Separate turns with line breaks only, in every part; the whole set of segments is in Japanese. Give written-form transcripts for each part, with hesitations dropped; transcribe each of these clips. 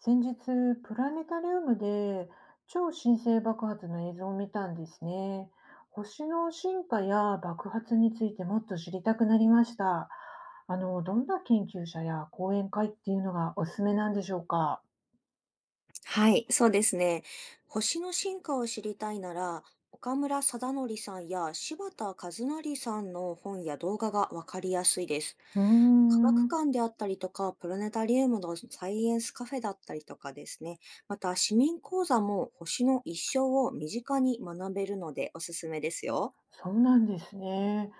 先日、プラネタリウムで超新星爆発の映像を見たんですね。星の進化や爆発についてもっと知りたくなりました。どんな研究者や講演会っていうのがおすすめなんでしょうか？
はい、そうですね。星の進化を知りたいなら、岡村貞則さんや柴田和成さんの本や動画がわかりやすいです。
うー
科学
ん、
館であったりとか、プラネタリウムのサイエンスカフェだったりとかですね。また、市民講座も星の一生を身近に学べるのでおすすめですよ。
そうなんですね。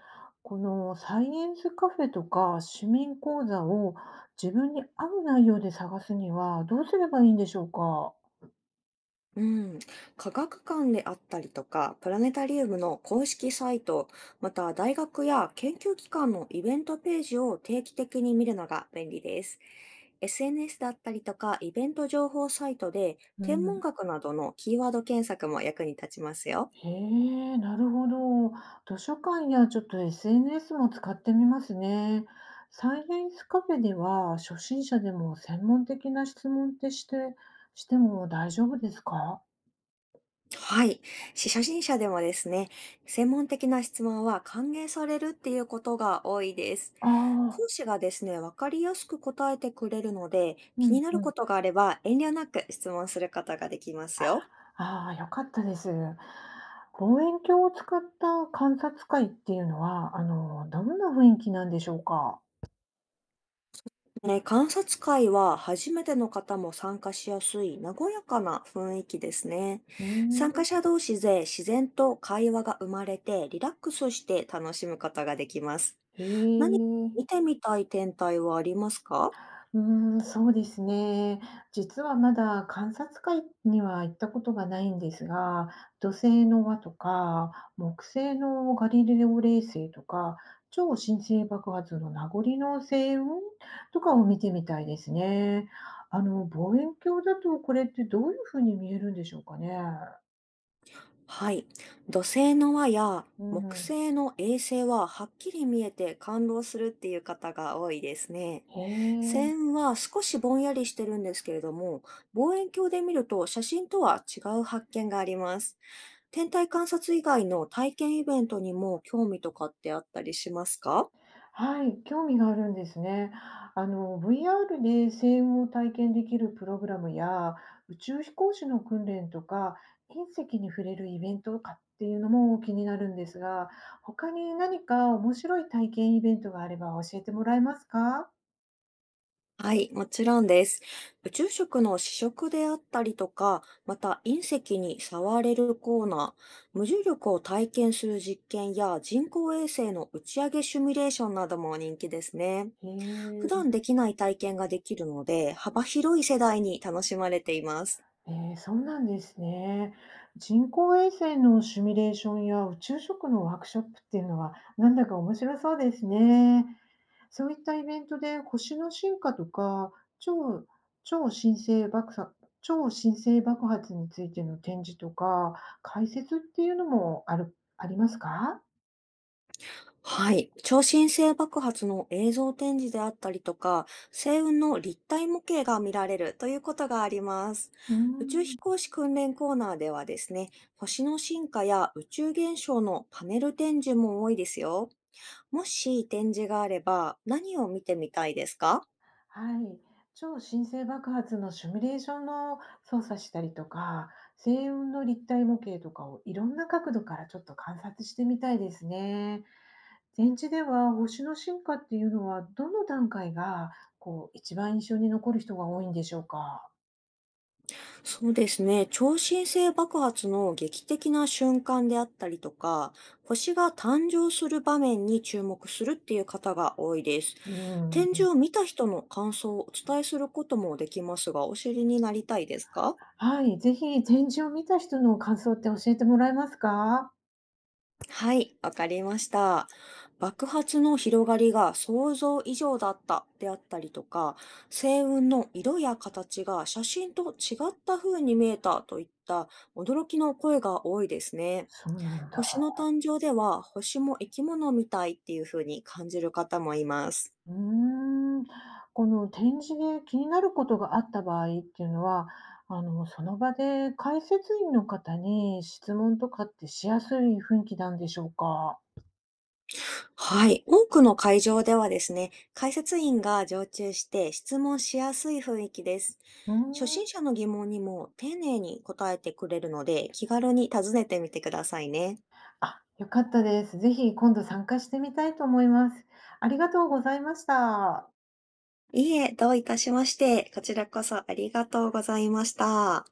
このサイエンスカフェとか市民講座を自分に合う内容で探すにはどうすればいいんでしょうか？
うん、科学館であったりとか、プラネタリウムの公式サイト、また大学や研究機関のイベントページを定期的に見るのが便利です。SNS だったりとか、イベント情報サイトで、
う
天文
ん。
学などのキーワード検索も役に立ちますよ。
へえ、なるほど。図書館やちょっと SNS も使ってみますね。サイエンスカフェでは初心者でも専門的な質問ってしても大丈夫ですか？
はい。し初心者でもですね、専門的な質問は歓迎されるっていうことが多いです。
ああ
講
ー、
師がですね、わかりやすく答えてくれるので、
う
気
ん
になる
う
こ
ん。
とがあれば遠慮なく質問することができますよ。
ああ、よかったです。望遠鏡を使った観察会っていうのは、どんな雰囲気なんでしょうか？
ね、観察会は初めての方も参加しやすい和やかな雰囲気ですね。
うー
参加
ん、
者同士で自然と会話が生まれてリラックスして楽しむことができます。
へ
何か
え。
見てみたい天体はありますか？
うーん、そうですね。実はまだ観察会には行ったことがないんですが、土星の輪とか、木星のガリレオ衛星とか、超新星爆発の名残の星雲とかを見てみたいですね。望遠鏡だとこれってどういうふうに見えるんでしょうかね。
はい。土星の輪や
う
木
ん。
星の衛星ははっきり見えて感動するっていう方が多いですね。
へえ。
線は少しぼんやりしてるんですけれども、望遠鏡で見ると写真とは違う発見があります。天体観察以外の体験イベントにも興味とかってあったりしますか？
はい、興味があるんですね。VR で声音を体験できるプログラムや、宇宙飛行士の訓練とか、隕石に触れるイベントとかっていうのも気になるんですが、他に何か面白い体験イベントがあれば教えてもらえますか？
はい、もちろんです。宇宙食の試食であったりとか、また隕石に触れるコーナー、無重力を体験する実験や人工衛星の打ち上げシミュレーションなども人気ですね。
へ
普
え、
段できない体験ができるので、幅広い世代に楽しまれています。
そうなんですね。人工衛星のシミュレーションや宇宙食のワークショップっていうのは、なんだか面白そうですね。そういったイベントで星の進化とか超超新星爆さ超新星爆発についての展示とか解説っていうのもありますか？
はい。超新星爆発の映像展示であったりとか、星雲の立体模型が見られるということがあります。
うー
宇宙
ん、
飛行士訓練コーナーではですね、星の進化や宇宙現象のパネル展示も多いですよ。もし展示があれば何を見てみたいですか？
はい。超新星爆発のシミュレーションの操作したりとか、星雲の立体模型とかをいろんな角度からちょっと観察してみたいですね。展示では星の進化っていうのはどの段階がこう一番印象に残る人が多いんでしょうか？
そうですね。超新星爆発の劇的な瞬間であったりとか、星が誕生する場面に注目するっていう方が多いです。
う
展示
ん。
を見た人の感想をお伝えすることもできますが、お知りになりたいですか？
はい、ぜひ展示を見た人の感想って教えてもらえますか？
はい、わかりました。爆発の広がりが想像以上だったであったりとか、星雲の色や形が写真と違った風に見えたといった驚きの声が多いですね。
そうなんだ。
星の誕生では、星も生き物みたいっていう風に感じる方もいます。
うーん。この展示で気になることがあった場合っていうのは、その場で解説員の方に質問とかってしやすい雰囲気なんでしょうか？
はい。多くの会場ではですね、解説員が常駐して質問しやすい雰囲気です。
うー
初
ん。
心者の疑問にも丁寧に答えてくれるので、気軽に尋ねてみてくださいね。
あ、良かったです。ぜひ今度参加してみたいと思います。ありがとうございました。
いいえ、どういたしまして、こちらこそありがとうございました。